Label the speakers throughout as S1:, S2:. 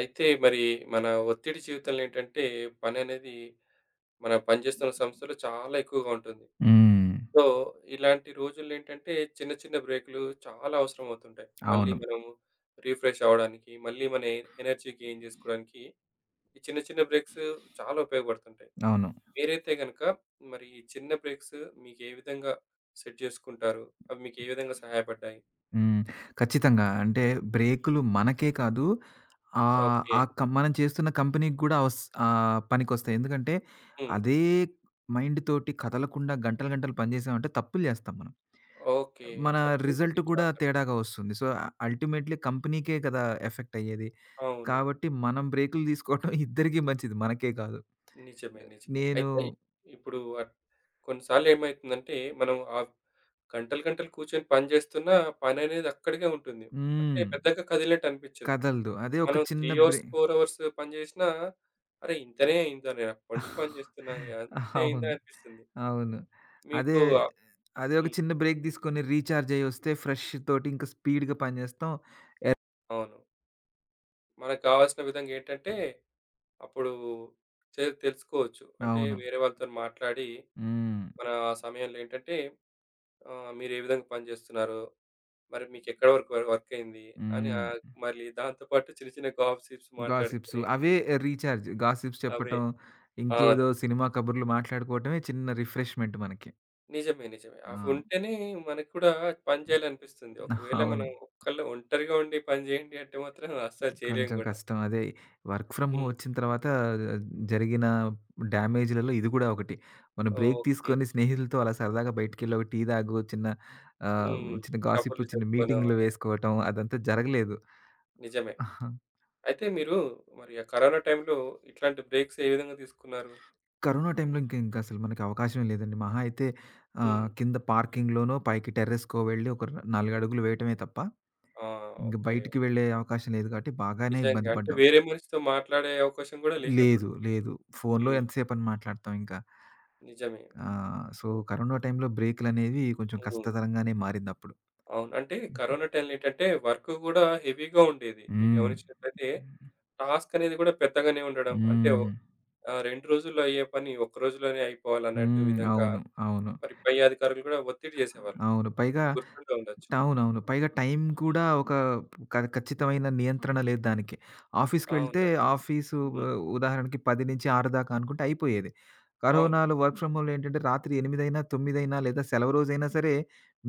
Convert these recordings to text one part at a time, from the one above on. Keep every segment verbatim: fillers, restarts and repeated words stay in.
S1: అయితే మరి మన ఒత్తిడి జీవితంలో ఏంటంటే పని అనేది మన పనిచేస్తున్న సంస్థలో చాలా ఎక్కువగా ఉంటుంది.
S2: హ్మ్.
S1: సో, ఇలాంటి రోజుల్లో ఏంటంటే చిన్న చిన్న బ్రేకులు చాలా అవసరం అవుతుంటాయి. మళ్ళీ
S2: అవును.
S1: మనం రిఫ్రెష్ అవ్వడానికి, మళ్ళీ మన ఎ ఎనర్జీ గెయిన్ చేసుకోవడానికి ఈ చిన్న చిన్న బ్రేక్స్ చాలా ఉపయోగపడుతుంటాయి.
S2: అవును.
S1: మీరైతే గనుక మరి ఈ చిన్న బ్రేక్స్ మీకు ఏ విధంగా సెట్ చేసుకుంటారు? అవి మీకు ఏ విధంగా సహాయపడ్డాయి?
S2: హ్మ్. ఖచ్చితంగా. అంటే బ్రేకులు మనకే కాదు, ఆహ్,
S1: ఓకే.
S2: ఆ కం మనం చేస్తున్న కంపెనీకి గూడా అవస్ ఆహ్, పనికొస్తాయి. ఎందుకంటే
S1: హ్మ్.
S2: అదే మైండ్ తోటి కదలకుండా గంటలు, గంటలు పని చేసామంటే తప్పులు చేస్తాం మనం.
S1: ఓకే.
S2: మన
S1: తక్కువ
S2: రిజల్ట్ కూడా
S1: ఛాన్స్
S2: తేడాగా వస్తుంది. సో, అల్టిమేట్‌లీ కంపెనీకే కదా ఎఫెక్ట్ అయ్యేది.
S1: అవును.
S2: కాబట్టి మనం బ్రేకులు తీసుకోవటం ఇద్దరికీ మంచిది. మనకే కాదు.
S1: నిజమే. నిజమే. అయితే
S2: నేను
S1: ఇప్పుడు అట్ కొన్నిసార్లు ఏమైతుందంటే, మనం ఆహ్, గంటలు, గంటలు కూర్చొని పని చేస్తున్నా పననేది అక్కడికే ఉంటుంది. అంటే
S2: హ్మ్.
S1: పెద్దగా కదిలినట్టు అనిపించదు.
S2: కదలదు. అదే ఒక
S1: మనం
S2: చిన్న
S1: మూడు అవర్స్,
S2: బ్రే
S1: నాలుగు అవర్స్ పని చేసినా, అరే! ఇంతనే అయిందా నేను అప్పటి నుంచి పని చేస్తున్నా. ఆహ్, ఇంతే అయిందా
S2: అవును.
S1: అనిపిస్తుంది.
S2: అవును. అదే,
S1: మీకు ఆహ్,
S2: అదే ఒక
S1: హ్మ్.
S2: చిన్న బ్రేక్ తీసుకొని రీచార్జ్ అయ్యొస్తే ఫ్రెష్ తోటి ఇంకా స్పీడ్‌గా పనిచేస్తాం. ఎ
S1: అవును. మనకు కావాల్సిన విధంగా ఏంటంటే, అప్పుడు తె తెలుసుకోవచ్చు. అంటే
S2: అవును.
S1: వేరే వాళ్ళతోని మాట్లాడి,
S2: హ్మ్.
S1: మన ఆ సమయంలో ఏంటంటే ఆహ్, మీరు ఏ విధంగా పని చేస్తున్నారో మరి మీకెక్కడ వరకు వ వర్క్ అయింది? అని
S2: హ్మ్.
S1: ఆహ్, మళ్ళీ దాంతో పాటు చిన్న చిన్న గాసిప్స్
S2: గాసిప్స్
S1: మాట్లాడుకొని
S2: అవే రీచార్జ్. గాసిప్స్
S1: అవే.
S2: చెప్పటం,
S1: అవును.
S2: ఇంకేదో సినిమా కబుర్లు మాట్లాడుకోవటమే చిన్న రిఫ్రెష్‌మెంట్ మనకి.
S1: నిజమే. నిజమే. అవి
S2: ఆ!
S1: ఉంటేనే మనకు కూడా పని చేయాలనిపిస్తుంది. ఒకవేళ
S2: అవును.
S1: మనం ఒక్కళ్ళే ఒంటరిగా ఉండి పని చేయండి అంటే మాత్రం అస్సలు చేయలేం
S2: కొంచెం
S1: గూడా.
S2: కష్టం. అదే వర్క్ ఫ్రమ్ హోమ్
S1: హ్మ్.
S2: వచ్చిన తర్వాత జరిగిన డ్యామేజ్‌లలో ఇది కూడా ఒకటి. మనం బ్రేక్
S1: ఓకే.
S2: తీసుకొని స్నేహితులతో అలా సరదాగా బయటికెళ్ళి ఒక టీ తాగు, చిన్న ఆహ్,
S1: హ్మ్.
S2: చిన్న గాసిప్,
S1: కబుర్లు
S2: చిన్న
S1: చెప్పుకోవడం.
S2: మీటింగ్‌లు వేసుకోవటం అదంతా జరగలేదు.
S1: నిజమే.
S2: ఆహా.
S1: అయితే మీరు మరి ఆ కరోనా టైంలో ఇట్లాంటి బ్రేక్స్ ఏ విధంగా తీసుకున్నారు?
S2: కరోనా టైంలో ఇంక ఇంక అసలు మనకి అవకాశమే లేదండి. మహా అయితే ఆహ్,
S1: హ్మ్.
S2: కింద పార్కింగ్‌లోనో, పైకి టెర్రస్‌కో వెళ్ళి ఒక నాలుగు అడుగులు వేయటమే తప్ప
S1: ఆ!
S2: ఇంక
S1: ఓకే.
S2: బయటికి వెళ్ళే అవకాశం లేదు కాబట్టి బాగానే
S1: నిజంగా.
S2: ఇబ్బంది
S1: అంటే
S2: పడ్డాం.
S1: వేరే మనిషితో మాట్లాడే అవకాశం గూడా లేదప్పుడు.
S2: లేదు. లేదు. ఫోన్‌లో
S1: హ్మ్.
S2: ఎంతసేపని మాట్లాడతాం ఇంకా.
S1: నిజమే.
S2: ఆ! సో, కరోనా టైంలో బ్రేకులనేవి కొంచెం
S1: హ్మ్.
S2: కష్టతరంగానే మారిందప్పుడు.
S1: అవును. అంటే కరోనా టైంలో ఏంటంటే వర్క్ గూడా హెవీగా ఉండేది. మీరు
S2: హ్మ్.
S1: గమనించినట్లయితే టాస్క్ అనేది గూడా పెద్దగానే ఉండడం. అంటే
S2: హ్మ్.
S1: ఆహ్, రెండు రోజుల్లో అయ్యే పని ఒక్క రోజులోనే అయిపోవాలన్నట్టు
S2: హ్మ్.
S1: విధంగా
S2: అవును. అవును.
S1: మరి పై అధికారులు గూడా ఒత్తిడి చేసేవాళ్ళు.
S2: అవును. పైగా
S1: గుర్తుండే ఉండొచ్చు.
S2: అవునవును. పైగా టైం
S1: హ్మ్.
S2: కూడా ఒక క ఖచ్చితమైన నియంత్రణ లేదు దానికి. ఆఫీస్‌కి వెళ్తే
S1: అవునండి.
S2: ఆఫీసు
S1: హ్మ్.
S2: ఆహ్, ఉదాహరణకి పది నుంచి ఆరు దాకా అనుకుంటే అయిపోయేది.
S1: అవును.
S2: కరోనాలో వర్క్ ఫ్రమ్ హోమ్‌లో ఏంటంటే రాత్రి ఎనిమిది అయినా, తొమ్మిది అయినా లేదా సెలవు రోజైనా సరే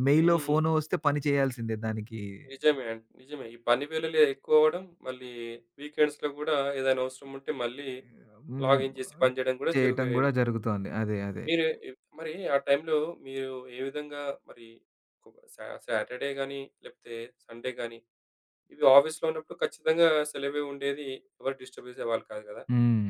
S2: మెయిలో,
S1: హ్మ్.
S2: ఫోనో వస్తే పని చేయాల్సిందే దానికి.
S1: నిజమే అండి. నిజమే. ఈ పని వేళలే ఎక్కువ అవ్వడం, మళ్ళీ వీకెండ్స్‌లో గూడా ఏదైనా అవసరం ఉంటే మళ్ళీ
S2: హ్మ్.
S1: లాగిన్ చేసి పని చేయడం గూడా
S2: చేయటం
S1: జరిగే
S2: గూడా జరుగుతోంది. అదే. అదే.
S1: మీరు ఎ- మరి ఆ టైంలో మీరు ఏ విధంగా మరి ఒక సా- సాటర్డే కానీ లేకపోతే సండే కానీ ఇవి ఆఫీస్లో ఉన్నప్పుడు ఖచ్చితంగా సెలవే ఉండేది ఎవరు డిస్టర్బ్ చేసేవాళ్ళు కాదు కదా
S2: హ్మ్.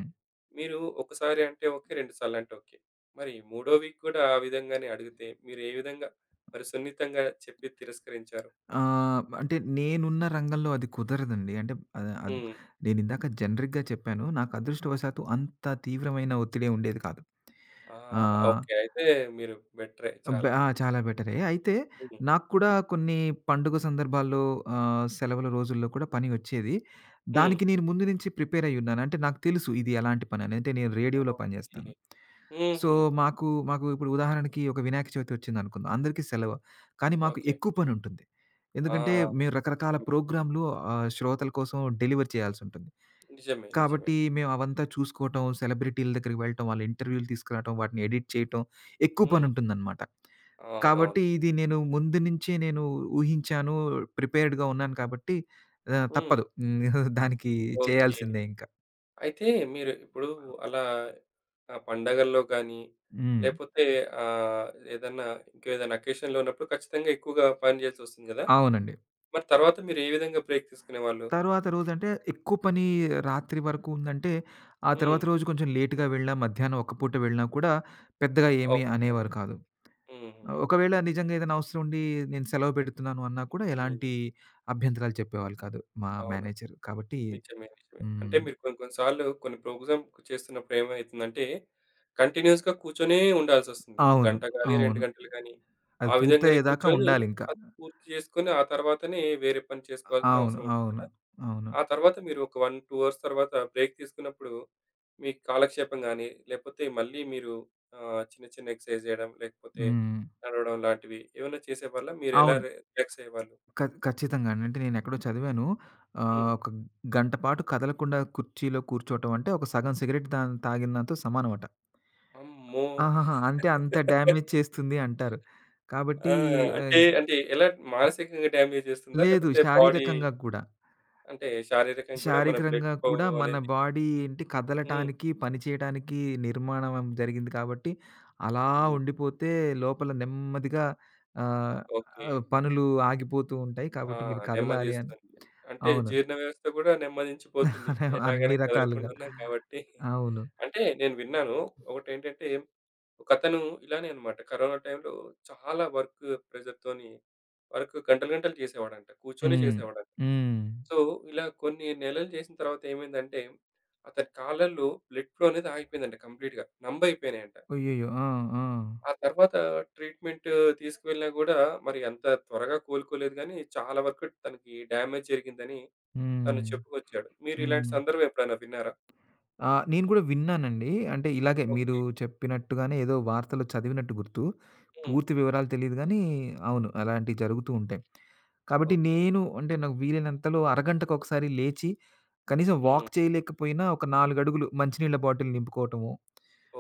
S1: మీరు ఒకసారి అంటే ఓకే రెండు సార్లు అంటే ఓకే మరి మూడో వీక్ కూడా ఆ విధంగానే అడిగితే మీరు ఏ విధంగా మరి సున్నితంగా చెప్పి తిరస్కరించారు
S2: ఆహ్, అంటే నేనున్న రంగంలో అది కుదరదండి. అంటే ఆహ్, అద్
S1: ఉమ్,
S2: నేనిందాక జనరిక్‌గా చెప్పాను. నాకు అదృష్టవశాత్తు అంత తీవ్రమైన ఒత్తిడి ఉండేది కాదు.
S1: ఆ,
S2: ఆ!
S1: ఓకే అయితే మీరు బెటరే
S2: అబ్బ!
S1: చాలా
S2: ఆ! చాలా బెటరే. అయితే
S1: ఉమ్,
S2: నాకు కూడా కొన్ని పండుగ సందర్భాల్లో ఆహ్, సెలవుల రోజుల్లో కూడా పని వచ్చేది.
S1: ఉమ్,
S2: దానికి నేను ముందు నుంచి ప్రిపేర్ అయ్యున్నాను. అంటే నాకు తెలుసు ఇది ఎలాంటి పనని. అంటే నేను రేడియోలో
S1: ఓకే
S2: పనిజేస్తాను. సో,
S1: ఉమ్హు,
S2: మాకు మాకు ఇప్పుడు ఉదాహరణకి ఒక వినాయక చవితి వచ్చిందనుకుందాం. అందరికీ సెలవు. కానీ మాకు
S1: ఓకే
S2: ఎక్కువ పనుంటుంది.
S1: ఆ,
S2: ఎందుకంటే మేము రకరకాల
S1: నిజమే
S2: ప్రోగ్రామ్‌లు ఆహ్, శ్రోతల కోసం డెలివర్ చేయాల్సుంటుంది.
S1: నిజమే నిజమే.
S2: కాబట్టి మేమవంతా చూసుకోవటం, సెలబ్రిటీల దగ్గరికి వెళ్ళటం, వాళ్ళ ఇంటర్వ్యూలు తీసుకురావటం, వాటిని ఎడిట్ చేయటం, ఎక్కువ
S1: ఉమ్.
S2: పనుంటుందనమాట. కాబట్టి
S1: అవునవును.
S2: ఇది నేను ముందు నుంచే నేను ఊహించాను, ప్రిపేర్డ్‌గా ఉన్నాను కాబట్టి ఆహ్,
S1: హ్మ్.
S2: తప్పదు. హ్మ్. దానికి
S1: ఓకే.
S2: చేయాల్సిందే ఇంకా.
S1: అయితే మీరు ఇప్పుడు అలా ఆహ్, పండగల్లో గానీ,
S2: హ్మ్.
S1: లేపోతే ఆహ్, ఏదన్నా ఇంకేదైనా అకేషన్‌లో ఉన్నప్పుడు ఖచ్చితంగా ఎక్కువగా పని జేయాల్సొస్తుంది గదా!
S2: అవునండి.
S1: మరి తర్వాత మీరు ఏ విధంగా బ్రేక్ తీసుకునేవాళ్ళు?
S2: తరువాత రోజంటే ఎక్కువ పని రాత్రి వరకు ఉందంటే, ఆ తర్వాత
S1: హ్మ్.
S2: రోజు కొంచెం లేట్‌గా వెళ్ళినా, మధ్యాహ్నం ఒక్క పూట వెళ్ళినా కూడా పెద్దగా ఏమీ
S1: ఓకే.
S2: అనేవారు కాదు.
S1: హుహు.
S2: ఒకవేళ నిజంగా ఏదైనా అవసరం ఉండి నేను సెలవు పెడుతున్నాను అన్నా కూడా
S1: హ్మ్.
S2: ఎలాంటి అభ్యంతరాలు చెప్పేవాళ్ళు కాదు మా
S1: అవును.
S2: మేనేజర్. కాబట్టి
S1: నిజమే. నిజమే. అంటే
S2: హ్మ్.
S1: మీరు కొన్ని కొన్ని సార్లు కొన్ని ప్రోగ్రామ్ చేస్తున్నప్పుడు ఏమైతుందంటే, కంటిన్యూయస్‌గా కూర్చొనే ఉండాల్సొస్తుంది. ఒక
S2: అవును.
S1: గంట గాని, రెండు
S2: అవును.
S1: గంటలు గాని,
S2: అది
S1: ఆ విధంగానే
S2: పూర్తయ్యేదాకా
S1: కూర్చొని
S2: ఉండాలింకా.
S1: అది పూర్తి చేసుకొని, ఆ తర్వాతనే వేరే పని చేసుకోవాల్సిన
S2: అవును.
S1: అవసరం ఉంటుంది
S2: అవును.
S1: కదా!
S2: అవును.
S1: ఆ తర్వాత మీరు ఒక ఒకటి, రెండు అవర్స్ తర్వాత బ్రేక్ తీసుకున్నప్పుడు, మీ కాలక్షేపం గాని, లేకపోతే మళ్ళీ మీరు ఆహ్, చిన్న చిన్న ఎక్సర్‌సైజ్ చేయడం, లేకపోతే
S2: హ్మ్.
S1: నడవడం లాంటివి ఏమైనా చేసేవాళ్ళా? మీరెలా
S2: అవును.
S1: రిలాక్స్ అయ్యేవాళ్ళు?
S2: ఖ ఖచ్చితంగా అండి. అంటే నేనెక్కడో చదివాను. ఆహ్,
S1: హ్మ్.
S2: ఒక గంట పాటు కదలకుండా కుర్చీలో కూర్చోవటం అంటే ఒక సగం సిగరెట్ దా తాగినంతో సమానమట.
S1: అమ్మో!
S2: ఆహాహా! అంటే అంత డ్యామేజ్ చేస్తుంది అంటారు. కాబట్టి
S1: ఆ!
S2: ఆహ్,
S1: అంటే, అంటే ఎలా మానసికంగా డ్యామేజ్ చేస్తుందా?
S2: లేదు,
S1: లేకపోతే బాడీ
S2: శారీరకంగా కూడా.
S1: అంటే శారీరకంగా కూడా మన బ్లడ్
S2: శారీరకంగా
S1: ఫ్లో
S2: కూడా మన
S1: అనేది
S2: బాడీ ఏంటి
S1: హ్మ్.
S2: కదలటానికి, పని చేయటానికి నిర్మాణం జరిగింది కాబట్టి, అలా
S1: హ్మ్.
S2: ఉండిపోతే లోపల నెమ్మదిగా ఆహ్,
S1: ఓకే.
S2: ఆహ్, పనులు ఆగిపోతూ ఉంటాయి.
S1: ఆ!
S2: కాబట్టి మీరు కదలాలి అని.
S1: నెమ్మదిస్తుంది. అంటే
S2: అవును.
S1: జీర్ణ వ్యవస్థ కూడా నెమ్మదించిపోతుంది.
S2: అన్ని
S1: ఎలాగైనా
S2: రకాలుగా.
S1: కదలకుండా ఉన్నాం కాబట్టి.
S2: అవును.
S1: అంటే నేను విన్నాను. ఒకటేంటంటే ఒకతను ఇలానే అన్నమాట. కరోనా టైంలో చాలా వర్క్ ప్రెషర్‌తోని వర్క్ గంటలు గంటలు చేసేవాడంట. కూర్చొని
S2: హ్మ్.
S1: చేసేవాడంట.
S2: హ్మ్.
S1: సో, ఇలా కొన్ని నెలలు చేసిన తర్వాత ఏమైందంటే, అతని కాళ్ళల్లో బ్లడ్ ఫ్లో అనేది ఆగిపోయిందంట కంప్లీట్‌గా. నంబయిపోయినాయంట.
S2: అయ్యయ్యో! ఆ! ఆ!
S1: ఆ తర్వాత ట్రీట్‌మెంట్ తీసుకువెళ్ళినా గూడా మరి అంత త్వరగా కోలుకోలేదు గానీ, చాలా వరకు తనకి డ్యామేజ్ జరిగిందని తను
S2: హ్మ్.
S1: చెప్పుకొచ్చాడు. మీరు ఇలాంటి
S2: హ్మ్.
S1: సందర్భం ఎప్పుడైనా విన్నారా?
S2: ఆ! నేను కూడా విన్నానండి. అంటే ఇలాగే మీరు
S1: ఓకే.
S2: చెప్పినట్టుగానే ఏదో వార్తలో చదివినట్టు గుర్తు.
S1: హ్మ్.
S2: పూర్తి వివరాలు తెలీదు గానీ అవును. అలాంటివి జరుగుతూ ఉంటాయి. కాబట్టి
S1: ఓకే.
S2: నేను అంటే నాకు వీలైనంతలో అరగంటకొకసారి లేచి కనీసం
S1: హ్మ్.
S2: వాక్ చేయలేకపోయినా ఒక నాలుగు అడుగులు మంచినీళ్ళ బాటిల్ నింపుకోవటము.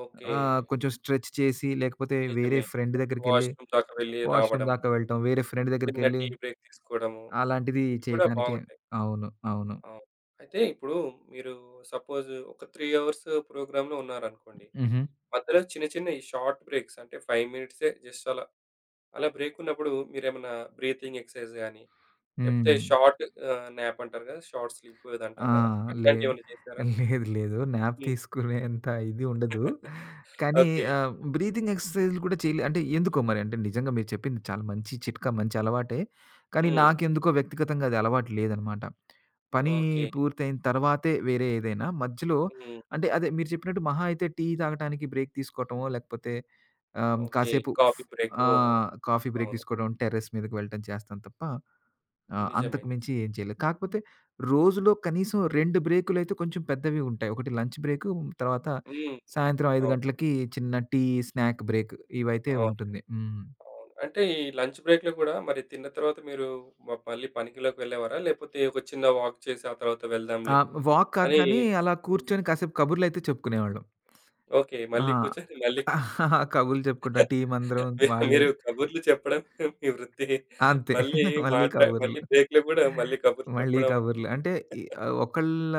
S1: ఓకే.
S2: ఆహ్, కొంచెం స్ట్రెచ్ చేసి లేకపోతే వేరే
S1: నిజమే.
S2: ఫ్రెండ్
S1: నిజమే.
S2: దగ్గరికెళ్ళి
S1: వాష్‌రూమ్ దాకా వెళ్లి
S2: వాష్‌రూమ్
S1: రావడం,
S2: దాకా వెళ్ళటం. వేరే
S1: ఒక
S2: ఫ్రెండ్
S1: చిన్న
S2: దగ్గరికెళ్ళి
S1: టీ బ్రేక్ తీసుకోవడము,
S2: అలాంటిది
S1: ఇవి కూడా
S2: చేయటానికే.
S1: బావుంటాయి.
S2: అవును. అవును.
S1: అవును. అయితే ఇప్పుడు మీరు సపోజ్ ఒక మూడు అవర్స్ ప్రోగ్రామ్‌లో ఉన్నారనుకోండి.
S2: హుహు.
S1: మధ్యలో చిన్న చిన్న ఈ షార్ట్ బ్రేక్స్ అంటే ఐదు మినిట్సే జస్ట్ అలా. అలా బ్రేక్ ఉన్నప్పుడు మీరేమన్నా బ్రీతింగ్ ఎక్సర్‌సైజ్ గాని, లేకపోతే
S2: హ్మ్.
S1: షార్ట్ ఆహ్, న్యాప్ అంటారు కదా! షార్ట్ స్లీప్ ఏదో
S2: ఆ!
S1: అంటారు కదా!
S2: లే
S1: అట్లాంటివేమన్నా చేసారా?
S2: లేదు, లేదు. న్యాప్
S1: హ్మ్.
S2: తీసుకునేంత ఇది ఉండదు. కానీ
S1: ఓకే.
S2: ఆహ్, బ్రీతింగ్ ఎక్సర్‌సైజ్‌లు కూడా చేయలే అంటే ఎందుకో మరి. అంటే నిజంగా మీరు చెప్పింది చాలా మంచి చిట్కా, మంచి అలవాటే. కానీ
S1: హ్మ్.
S2: నాకెందుకో వ్యక్తిగతంగా అది అలవాటు లేదనమాట. పని
S1: ఓకే.
S2: పూర్తయిన తర్వాతే వేరే ఏదైనా మధ్యలో.
S1: హ్మ్.
S2: అంటే అదే మీరు చెప్పినట్టు మహా అయితే టీ తాగటానికి బ్రేక్ తీసుకోవటమో లేకపోతే ఆహ్,
S1: ఓకే.
S2: కాసేపు ఫ్
S1: కాఫీ
S2: ఆ!
S1: బ్రేకో
S2: కాఫీ బ్రేక్
S1: అవును.
S2: తీసుకోవడం, టెర్రస్ మీదకి వెళ్ళటం చేస్తాను తప్ప. ఆ!
S1: నిజమే.
S2: అంతకు మించి ఏం చేయలేదు. కాకపోతే రోజులో కనీసం రెండు బ్రేకులైతే కొంచెం పెద్దవి ఉంటాయి. ఒకటి లంచ్ బ్రేకు, తర్వాత
S1: హ్మ్.
S2: సాయంత్రం ఐదు
S1: అవును.
S2: గంటలకి చిన్న టీ, స్నాక్ బ్రేక్ ఇవైతే
S1: అవును.
S2: ఉంటుంది. హ్మ్.
S1: అవును. అంటే ఈ లంచ్ బ్రేక్‌లో గూడా మరి తిన్న తర్వాత మీరు మ మళ్ళీ పనికిలోకి వెళ్ళేవారా? లేపోతే ఒక చిన్న వాక్ చేసి ఆ తర్వాత
S2: ఆ!
S1: వెళ్దాంలే
S2: వాక్ కాదు
S1: అని
S2: కానీ అలా
S1: హ్మ్.
S2: కూర్చొని కాసేపు కబుర్లైతే చెప్పుకునేవాళ్ళం.
S1: ఓకే.
S2: ఆ!
S1: మళ్ళీ కూర్చొని మళ్ళీ కబు
S2: కబుర్లు చెప్పుకుంటాం. టీమందరం
S1: మీ
S2: వాళ్ళు
S1: మీరు కబుర్లు చెప్పడం మీ వృత్తి.
S2: అంతే.
S1: మళ్ళీ
S2: మళ్ళీ
S1: మాట్లా
S2: కబుర్లు.
S1: మళ్ళీ బ్రేక్‌లో గూడా మళ్ళీ కబుర్లు
S2: మళ్ళీ
S1: చెప్పడం
S2: కబుర్లు. అంటే ఈ ఆహ్, ఒకళ్ళ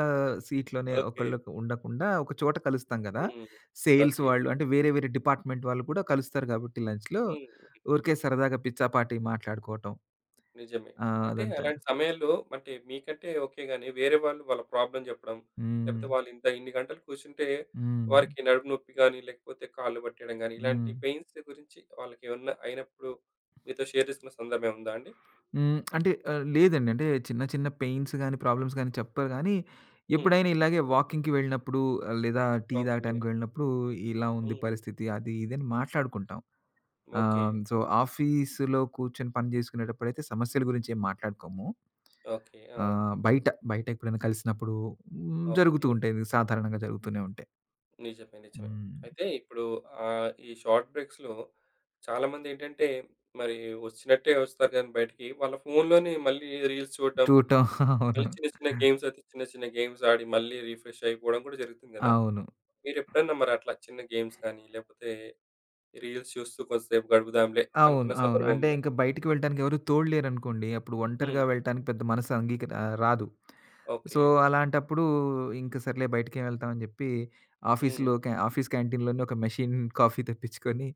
S2: సీట్‌లోనే
S1: ఓకే.
S2: ఒకళ్ళకి ఉండకుండా ఒక చోట కలుస్తాం గదా!
S1: హ్మ్.
S2: Sales
S1: okay.
S2: వాళ్ళు అంటే వేరే వేరే డిపార్ట్‌మెంట్ వాళ్ళు కూడా కలుస్తారు గాబట్టి లంచ్‌లో
S1: హ్మ్.
S2: ఊరికే సరదాగా పిచ్చాపాటీ మాట్లాడుకోవటం.
S1: నిజమే.
S2: ఆ!
S1: అంటే
S2: అదంతా.
S1: అలాంటి సమయంలో అంటే మీకంటే ఓకే గాని, వేరే వాళ్ళు వాళ్ళ ప్రాబ్లమ్ జెప్పడం,
S2: హ్మ్.
S1: లేకపోతే వాళ్ళు ఇంత ఇన్ని గంటలు కూర్చుంటే
S2: హ్మ్.
S1: వారికి నడుము నొప్పి గాని, లేకపోతే కాళ్ళు పట్టేయడం గాని, ఇలాంటి
S2: హ్మ్.
S1: పెయిన్స్ గురించి వాళ్ళకేమన్నా అయినప్పుడు మీతో షేర్ చేసుకున్న సందర్భం ఏముందా అండి?
S2: హ్మ్. అంటే ఆహ్, లేదండి. అంటే చిన్న చిన్న పెయిన్స్ గాని, ప్రాబ్లమ్స్ గాని చెప్పరు గానీ,
S1: హ్మ్.
S2: ఎప్పుడైనా ఇలాగే వాకింగ్‌కి వెళ్ళినప్పుడు ఆ, లేదా టీ
S1: ఓకే.
S2: తాగటానికి వెళ్ళినప్పుడు ఇలా ఉంది
S1: హ్మ్.
S2: పరిస్థితి అది ఇది అని మాట్లాడుకుంటాం.
S1: ఓకే.
S2: ఆహ్, సో, ఆఫీస్‌లో కూర్చొని పని జేసుకునేటప్పుడైతే సమస్యల గురించి ఏం మాట్లాడుకోము.
S1: ఓకే. ఆ!
S2: ఆహ్, బయట, బయట ఎప్పుడైనా కలిసినప్పుడు హ్మ్, జరుగుతూ
S1: ఓకే.
S2: ఉంటాయి. ఇది సాధారణంగా జరుగుతూనే ఉంటాయి.
S1: నిజమే. నిజమే.
S2: హ్మ్.
S1: అయితే ఇప్పుడు ఆహ్, ఈ షార్ట్ బ్రేక్స్‌లో చాలామందేంటంటే మరి వచ్చినట్టే వస్తారు గాని బయటికి, వాళ్ళ ఫోన్‌లోనే మళ్ళీ రీల్స్ చూడడం
S2: చూడటం అవును.
S1: మళ్ళీ చిన్న చిన్న గేమ్స్ అయితే చిన్న చిన్న గేమ్స్ ఆడి మళ్ళీ రిఫ్రెష్ అయిపోవడం కూడా జరుగుతుంది గదా!
S2: అవును.
S1: మీరెప్పుడన్నా మరి అట్లా చిన్న గేమ్స్ గాని, లేపోతే రీల్స్ చూస్తూ కొంతసేపు గడుపుదాంలే
S2: అవును.
S1: అనుకున్న
S2: అవును.
S1: సందర్భం
S2: అంటే
S1: ఉందా?
S2: ఇంక బయటికి వెళ్ళటానికి ఎవరు తోడు లేరనుకోండి. అప్పుడు ఒంటరిగా
S1: హ్మ్.
S2: వెళ్ళటానికి పెద్ద మనసు అంగీక ఆహ్, రాదు. So,
S1: okay.
S2: అలాంటప్పుడు ఇంక సర్లే బయటికేం వెళ్తాం అని జెప్పి
S1: హ్మ్.
S2: ఆఫీస్‌లో క్యా ఆఫీస్ క్యాంటీన్‌లోనే ఒక మెషిన్ కాఫీ తెప్పించుకొని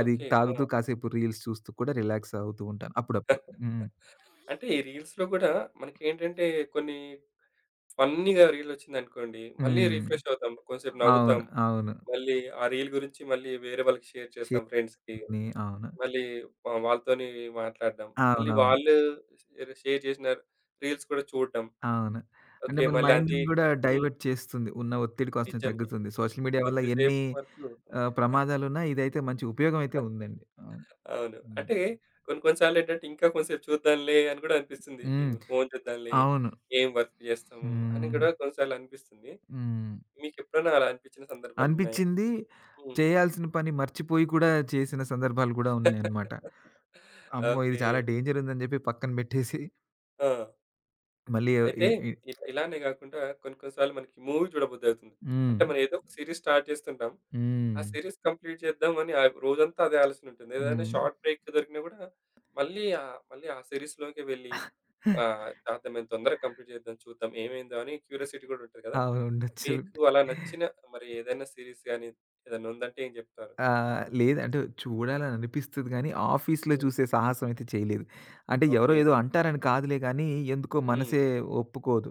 S2: అది
S1: ఓకే. ఆ!
S2: తాగుతూ కాసేపు రీల్స్ చూస్తూ కూడా రిలాక్స్ అవుతూ ఉంటాను అప్పుడప్పుడు. హ్మ్.
S1: అంటే ఈ రీల్స్‌లో గూడా మనకేంటంటే కొన్ని ఫన్నీ‌గా రీలొచ్చిందనుకోండి, మళ్ళీ
S2: హ్మ్.
S1: రిఫ్రెష్ అవుతాం. కొంసేపు
S2: అవును.
S1: నవ్వుతాం.
S2: అవును.
S1: మళ్ళీ ఆ రీల్ గురించి మళ్ళీ వేరే వాళ్ళకి షేర్ చేస్తాం ఫ్రెండ్స్‌కి.
S2: షేర్‌లోని అవును.
S1: మళ్ళీ వా వాళ్ళతోని మాట్లాడడం. మళ్ళీ
S2: అవునవును.
S1: వాళ్ళు షేర్ షేర్ చేసిన రీల్స్ కూడా చూడడం.
S2: అవును. అంటే
S1: ఓకే.
S2: మన మైండ్‌ని
S1: మళ్ళది
S2: గూడా
S1: హ్మ్.
S2: డైవర్ట్ చేస్తుంది. ఉన్న ఒత్తిడి కొంచెం
S1: నిజమే.
S2: తగ్గుతుంది. సోషల్ మీడియా వల్ల
S1: కొద్దిసేపు
S2: ఎన్ని
S1: వరకు
S2: ఆహ్, ప్రమాదాలున్నా ఇదైతే మంచి ఉపయోగం అయితే ఉందండి. అవును.
S1: అవును.
S2: హ్మ్.
S1: అంటే కొన్ని కొన్ని సార్లేంటంటే ఇంకా కొంసేపు చూద్దాంలే అని గూడా అనిపిస్తుంది.
S2: హ్మ్.
S1: టీవ్ ఫోను చూద్దాంలే,
S2: అవును.
S1: ఏం వర్క్ చేస్తాము అని
S2: హ్మ్.
S1: గూడా కొన్ని సార్లు అనిపిస్తుంది.
S2: హ్మ్.
S1: మీకెప్పుడైనా అలా అనిపించిన సందర్భాలున్నాయా?
S2: అనిపిచ్చింది.
S1: హ్మ్.
S2: చేయాల్సిన పని మర్చిపోయి కూడా చేసిన సందర్భాలు కూడా ఉన్నాయన్నమాట. అమ్మో! ఇది
S1: ఓకే.
S2: చాలా డేంజర్ ఉందని జెప్పి పక్కన బెట్టేసి
S1: ఆ!
S2: మళ్ళీ ఇ
S1: అయితే
S2: ఇ
S1: ఇ ఇలానే గాకుండా కొన్ని కొన్ని సార్లు మనకి మూవీ చూడబుద్దవుతుంది.
S2: హ్మ్.
S1: అంటే మనం ఏదో ఒక సీరీస్ స్టార్ట్ చేస్తుంటాం.
S2: హ్మ్.
S1: ఆ సీరీస్ కంప్లీట్ చేద్దామని ఆహ్, రోజంతా అదే ఆలోచన ఉంటుంది. ఏదైనా
S2: హ్మ్.
S1: షార్ట్ బ్రేక్ దొరికినా గూడా మళ్ళీ ఆహ్, మళ్ళీ ఆ సీరీస్‌లోకే వెళ్ళి ఆహ్, చేద్దాం ఎంత తొందరగా కంప్లీట్ చేద్దాం చూద్దాం ఏమైందో అని క్యూరియాసిటీ గూడా ఉంటది గదా!
S2: అవును. ఉండొచ్చు.
S1: మీకు అలా నచ్చిన మరి ఏదైనా సీరీస్ గాని ఏదైనా ఉందంటే ఏం జెప్తారు?
S2: ఆహ్, లేదు, అంటే చూడాలని అనిపిస్తది గానీ, ఆఫీస్‌లో
S1: హ్మ్.
S2: చూసే సాహసం అయితే చేయలేదు. అంటే ఎవరో
S1: ఓకే.
S2: ఏదో అంటారని కాదులే గానీ, ఎందుకో
S1: హ్మ్.
S2: మనసే ఒప్పుకోదు.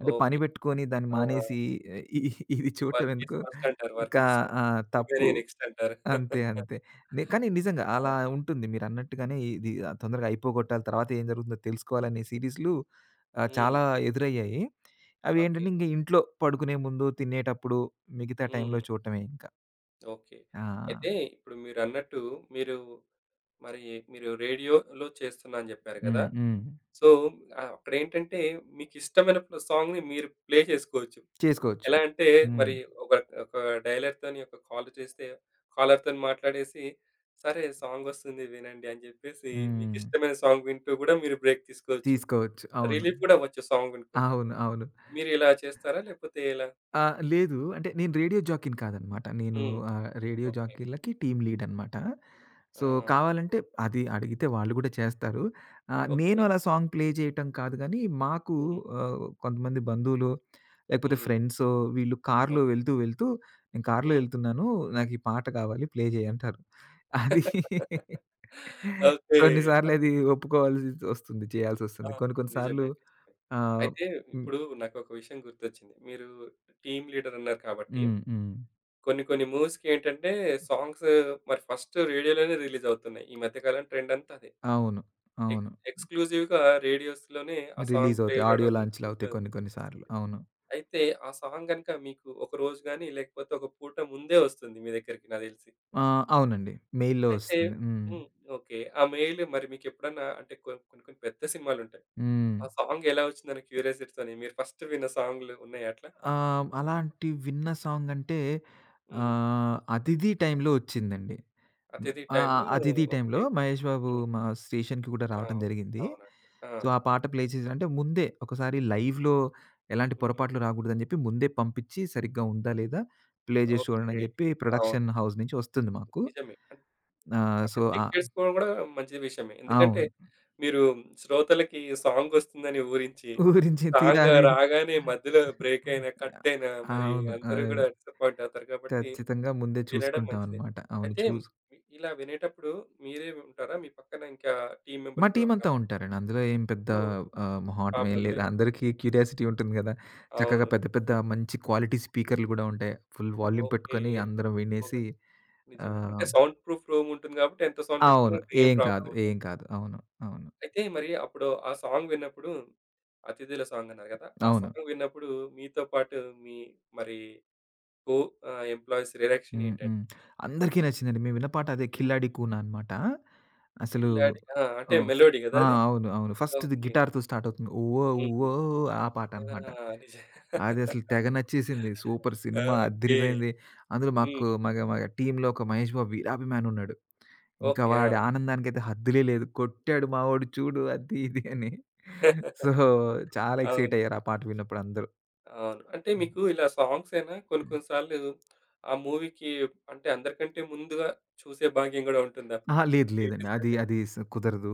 S2: అంటే పని
S1: ఓకే.
S2: పెట్టుకొని దాన్ని
S1: ఆ!
S2: మానేసి ఎ- ఇ ఇది చూడటం
S1: వర్క్ ఈస్
S2: ఎందుకు?
S1: ఫస్ట్ అంటారు. వర్క్
S2: కా
S1: ఈస్
S2: ఆ! తప్పు.
S1: రివెన్యూ నెక్స్ట్ అంటారు.
S2: అంతే. అంతే. నే కానీ నిజంగా
S1: ఆ!
S2: అలా ఉంటుంది. మీరన్నట్టుగానే ఇది ఆ తొందరగా అయిపోగొట్టాలి. తర్వాత ఏం జరుగుతుందో తెలుసుకోవాలనే సీరీస్‌లు ఆహ్,
S1: హ్మ్.
S2: చాలా ఎదురయ్యాయి. అవి
S1: ఓకే.
S2: ఏంటంటే ఇంక ఇంట్లో పడుకునే ముందు, తినేటప్పుడు, మిగతా
S1: హ్మ్.
S2: టైంలో చూడటమే ఇంకా.
S1: ఓకే.
S2: ఆ!
S1: అయితే ఇప్పుడు మీరన్నట్టు మీరు మరి మీరు రేడియోలో చేస్తున్నా అని జెప్పారు గదా!
S2: హ్మ్. హ్మ్.
S1: సో, ఆహ్, అక్కడేంటంటే మీకిష్టమైన ప్ సాంగ్‌ని మీరు ప్లే చేసుకోవచ్చు.
S2: చేసుకోవచ్చు.
S1: ఎలా అంటే
S2: హ్మ్.
S1: మరి ఒక ఒక డైలర్‌తోని ఒక కాల్ చేస్తే కాలర్‌తోని మాట్లాడేసి, సరే సాంగొస్తుంది వినండి అని జెప్పేసి
S2: హ్మ్.
S1: మీకిష్టమైన సాంగ్ వింటూ గూడా మీరు బ్రేక్ తీసుకోవచ్చు.
S2: తీసుకోవచ్చు. అవును.
S1: రిలీఫ్ గూడా అవ్వచ్చు సాంగ్ వినుకుంటా.
S2: అవును. అవును.
S1: మీరిలా చేస్తారా? లేకపోతే ఎలా?
S2: ఆ! లేదు. అంటే నేను రేడియో జాకీని కాదనమాట. నేను
S1: హ్మ్.
S2: ఆహ్, రేడియో
S1: ఓకే.
S2: జాకీలకి టీమ్ లీడ్ అనమాట. సో,
S1: ఆ!
S2: కావాలంటే అది అడిగితే వాళ్ళు గూడా చేస్తారు. ఆహ్, నేను
S1: ఓకే.
S2: అలా సాంగ్ ప్లే చేయటం కాదు గానీ, మాకు
S1: హ్మ్.
S2: ఆహ్, కొంతమంది బంధువులు లేకపోతే
S1: హ్మ్.
S2: ఫ్రెండ్సో వీళ్ళు కార్‌లో
S1: ఓకే.
S2: వెళ్తూ, వెళ్తూ, "నేను కార్‌లో
S1: హ్మ్.
S2: ఎళ్తున్నాను. నాకు ఈ పాట కావాలి, ప్లే చేయి" అంటారు. అది
S1: ఓకే.
S2: కొన్ని సార్లు
S1: అది
S2: అది ఒప్పుకోవాల్సి ఒస్తుంది.
S1: ఆ!
S2: చేయాల్సొస్తుంది. కొన్ని కొన్ని సార్లు
S1: నిజమే. నిజమే.
S2: ఆహ్,
S1: అయితే
S2: హ్మ్.
S1: ఇప్పుడు నాకొక విషయం గుర్తొచ్చింది. మీరు టీమ్ లీడర్ అన్నారు కాబట్టి
S2: హ్మ్. హ్మ్.
S1: కొన్ని కొన్ని మూవీస్‌కి ఏంటంటే సాంగ్స్ మరి ఫస్ట్ రేడియోలోనే రిలీజ్ అవుతున్నాయి. ఈ మధ్య కాలం ట్రెండ్ అంతా అదే.
S2: అవును. అవును.
S1: ఎక్స్ ఎక్స్‌క్లూజివ్‌గా రేడియోస్‌లోనే ఆ సాంగ్ ప్లే
S2: రిలీజవుతాయి. ఆడియో
S1: జేయడం వింటూ
S2: లాంచ్‌లవుతాయి కొన్ని కొన్ని సార్లు.
S1: వస్తుంది.
S2: అవును.
S1: అయితే ఆ సాంగ్ గనుక మీకు ఒక రోజు గాని లేకపోతే ఒక పూట ముందే వస్తుంది మీ దగ్గరికి నాకు దెలిసి.
S2: ఆ! అవునండి. మెయిల్‌లో
S1: అయితే
S2: వస్తుంది. హ్మ్.
S1: హ్మ్. ఓకే. ఆ మెయిల్ మరి మీకెప్పుడన్నా అంటే కొ కొన్ని కొన్ని పెద్ద సినిమాలుంటాయి.
S2: హ్మ్.
S1: ఆ సాంగ్ ఎలా వచ్చిందని క్యూరియాసిటీతోని మీరు ఫస్ట్ విన్న సాంగ్‌లు ఉన్నాయా అట్లా?
S2: ఆహ్, అలాంటి విన్న సాంగంటే
S1: హ్మ్.
S2: ఆహ్, 'అతిథి' టైంలో వచ్చిందండి.
S1: 'అతిథి'
S2: ఆ!
S1: టైమ్‌లో
S2: 'అతిథి' టైంలో
S1: ఓకే.
S2: మహేష్ బాబు
S1: హ్మ్.
S2: మా స్టేషన్‌కి కూడా
S1: ఆ!
S2: రావటం జరిగింది.
S1: అవునండి. ఆ!
S2: సో, ఆ పాట ప్లే చేసి, అంటే ముందే ఒకసారి లైవ్‌లో ఎలాంటి
S1: హ్మ్.
S2: పొరపాట్లు రాకూడదని చెప్పి ముందే పంపించి సరిగ్గా ఉందా లేదా ప్లే చేసి చూడండి అని
S1: ఓకే.
S2: చెప్పి
S1: అవును.
S2: ప్రొడక్షన్ హౌస్ నుంచి వస్తుంది మాకు.
S1: నిజమే. అన్
S2: ఆహ్, సో,
S1: అట్లా
S2: ఆ
S1: చెక్ చేసుకోవడం గూడా మంచి విషయమే. ఎందుకంటే
S2: అవును.
S1: మీరు శ్రోతలకి సాంగొస్తుందని ఊహించి,
S2: ఊరించి తీరా
S1: సాంగ్
S2: అది.
S1: రాగానే మధ్యలో బ్రేక్ అయినా, కట్ అయినా మరి
S2: అవును.
S1: అందరూ
S2: అవును.
S1: గూడా డిసప్పాయింట్ అవుతారు కాబట్టి
S2: ఖచ్చితంగా ముందే
S1: వినడం
S2: చూసుకుంటాం
S1: మంచిదే.
S2: అన్నమాట. అవును.
S1: అయితే
S2: చూస్
S1: మీ- ఇలా వినేటప్పుడు మీరే ఉంటారా? మీ పక్కన ఇంకా టీమ్
S2: మా
S1: మెంబర్స్ కూడా
S2: టీమంతా
S1: ఉంటారా?
S2: ఉంటారండి. అందులో ఏం పెద్ద
S1: సో,
S2: ఆహ్, మొహమాటం ఏం
S1: ప్రాబ్లమ్
S2: లేదు.
S1: లేదు.
S2: అందరికీ క్యూరియాసిటీ ఉంటుంది గదా! చక్కగా
S1: అవును.
S2: పెద్ద పెద్ద మంచి క్వాలిటీ స్పీకర్‌లు గూడా ఉంటాయి. Full volume
S1: okay.
S2: పెట్టుకొని అందరం
S1: ఓకే.
S2: వినేసి
S1: నిజమే. అంటే
S2: ఆహ్,
S1: సౌండ్ ప్రూఫ్ రూమ్ ఉంటుంది కాబట్టి ఎంత సౌండ్
S2: అవును.
S1: పెట్టుకున్నా ఏం
S2: ఏం కాదు.
S1: ప్రాబ్లమ్ ఉండదు.
S2: ఏం కాదు. అవును. అవును.
S1: అయితే మరి అప్పుడు ఆ సాంగ్ విన్నప్పుడు 'అతిథుల' సాంగ్ అన్నారు కదా! ఆ
S2: అవును.
S1: సాంగ్ విన్నప్పుడు మీతో పాటు మీ మరి కో ఆహ్, ఎంప్లాయీస్ రియాక్షన్
S2: హ్మ్.
S1: ఏంటండి?
S2: హ్మ్. అందరికీ నచ్చిందండి. మేము విన్న పాట అదే
S1: హ్మ్.
S2: 'కిల్లాడి కూన' అనమాట. అసలు
S1: పిల్లాడి ఆ! అంటే
S2: ఆహ్, ఫ్
S1: మెలోడీ కదా
S2: ఆ!
S1: అది?
S2: అవును. అవును. ఫస్ట్‌ది
S1: ఓకే.
S2: గిటార్‌తో స్టార్ట్ అవుతుంది. 'ఓ ఓ
S1: హ్మ్.
S2: ఆ పాట
S1: ఆ!
S2: అనమాట.
S1: నిజ
S2: అది అసలు తెగ నచ్చేసింది. Super cinema
S1: okay.
S2: అద్దిరిపోయింది. అందులో మాకు
S1: హ్మ్.
S2: మగ మగ టీమ్‌లో ఒక 'మహేష్ బాబు' వీరాభిమాని ఉన్నాడు. ఇంకా
S1: ఓకే. ఆ!
S2: వాడి ఆనందానికైతే హద్దులే లేదు. కొట్టాడు మావోడు చూడు అది ఇది అని. సో, చాలా ఎక్సైట్
S1: అవును.
S2: అయ్యారు ఆ పాట విన్నప్పుడు అందరూ.
S1: అవును. అంటే మీకు ఇలా సాంగ్సేనా కొన్ని కొన్ని సార్లు ఆ మూవీకి అంటే అందరికంటే ముందుగా చూసే భాగ్యం గూడా ఉంటుందా?
S2: అహా! లేదు, లేదండి.
S1: రిలీజ్
S2: అది
S1: కంటే.
S2: అది స్ కుదరదు.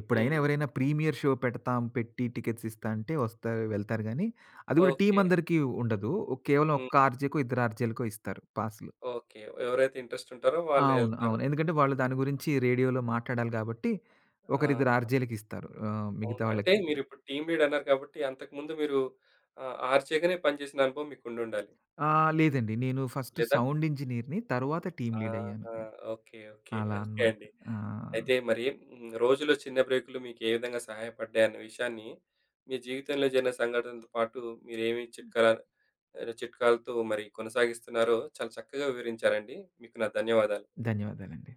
S2: ఎప్పుడైనా
S1: హ్మ్.
S2: ఎవరైనా ప్రీమియర్ షో పెడతాం, పెట్టి టికెట్స్ ఇస్తా అంటే వస్తారు, వెళ్తారు గానీ, అది కూడా టీమ్
S1: ఓకే.
S2: అందరికీ ఉండదు. కేవలం
S1: హ్మ్.
S2: ఒక్క ఆర్‌జేకో, ఇద్దరు ఆర్‌జేలకో ఇస్తారు పాస్‌లు.
S1: ఓకే. ఎవరైతే ఇంట్రెస్ట్ ఉంటారో వాళ్ళే
S2: అవును. అవును.
S1: ఎళ్తారు.
S2: ఎందుకంటే వాళ్ళు దాని గురించి రేడియోలో మాట్లాడాలి కాబట్టి, ఒకరిద్దరు
S1: ఆ!
S2: ఆర్‌జేలకి ఇస్తారు. ఆహ్, మిగతా
S1: అవును.
S2: వాళ్ళకి
S1: అంటే
S2: ఇవ్వరు.
S1: మీరిప్పుడు టీమ్ లీడ్ అన్నారు కాబట్టి అంతకుముందు మీరు ఆహ్, 'ఆర్‌జే‌గానే' పనిచేసిన అనుభవం మీకుండుండాలి.
S2: ఆ! లేదండి. నేను ఫస్ట్
S1: లేదా?
S2: సౌండ్ ఇంజినీర్‌ని, తరువాత టీమ్
S1: ఆహా!
S2: లీడ్ అయ్యాను.
S1: ఓకే. ఓకే.
S2: అలా
S1: ఓకే
S2: అన్నమాట.
S1: అండి.
S2: ఆ!
S1: అయితే మరి హ్మ్, రోజులో చిన్న బ్రేకులు మీకు ఏ విధంగా సహాయపడ్డాయి అన్న విషయాన్ని, మీ జీవితంలో జరిగిన సంఘటనతో పాటు మీరేమి చిట్కాల ఆహ్, చిట్కాలతో మరి కొనసాగిస్తున్నారో చాలా చక్కగా వివరించారండి. మీకు నా ధన్యవాదాలు.
S2: ధన్యవాదాలండి.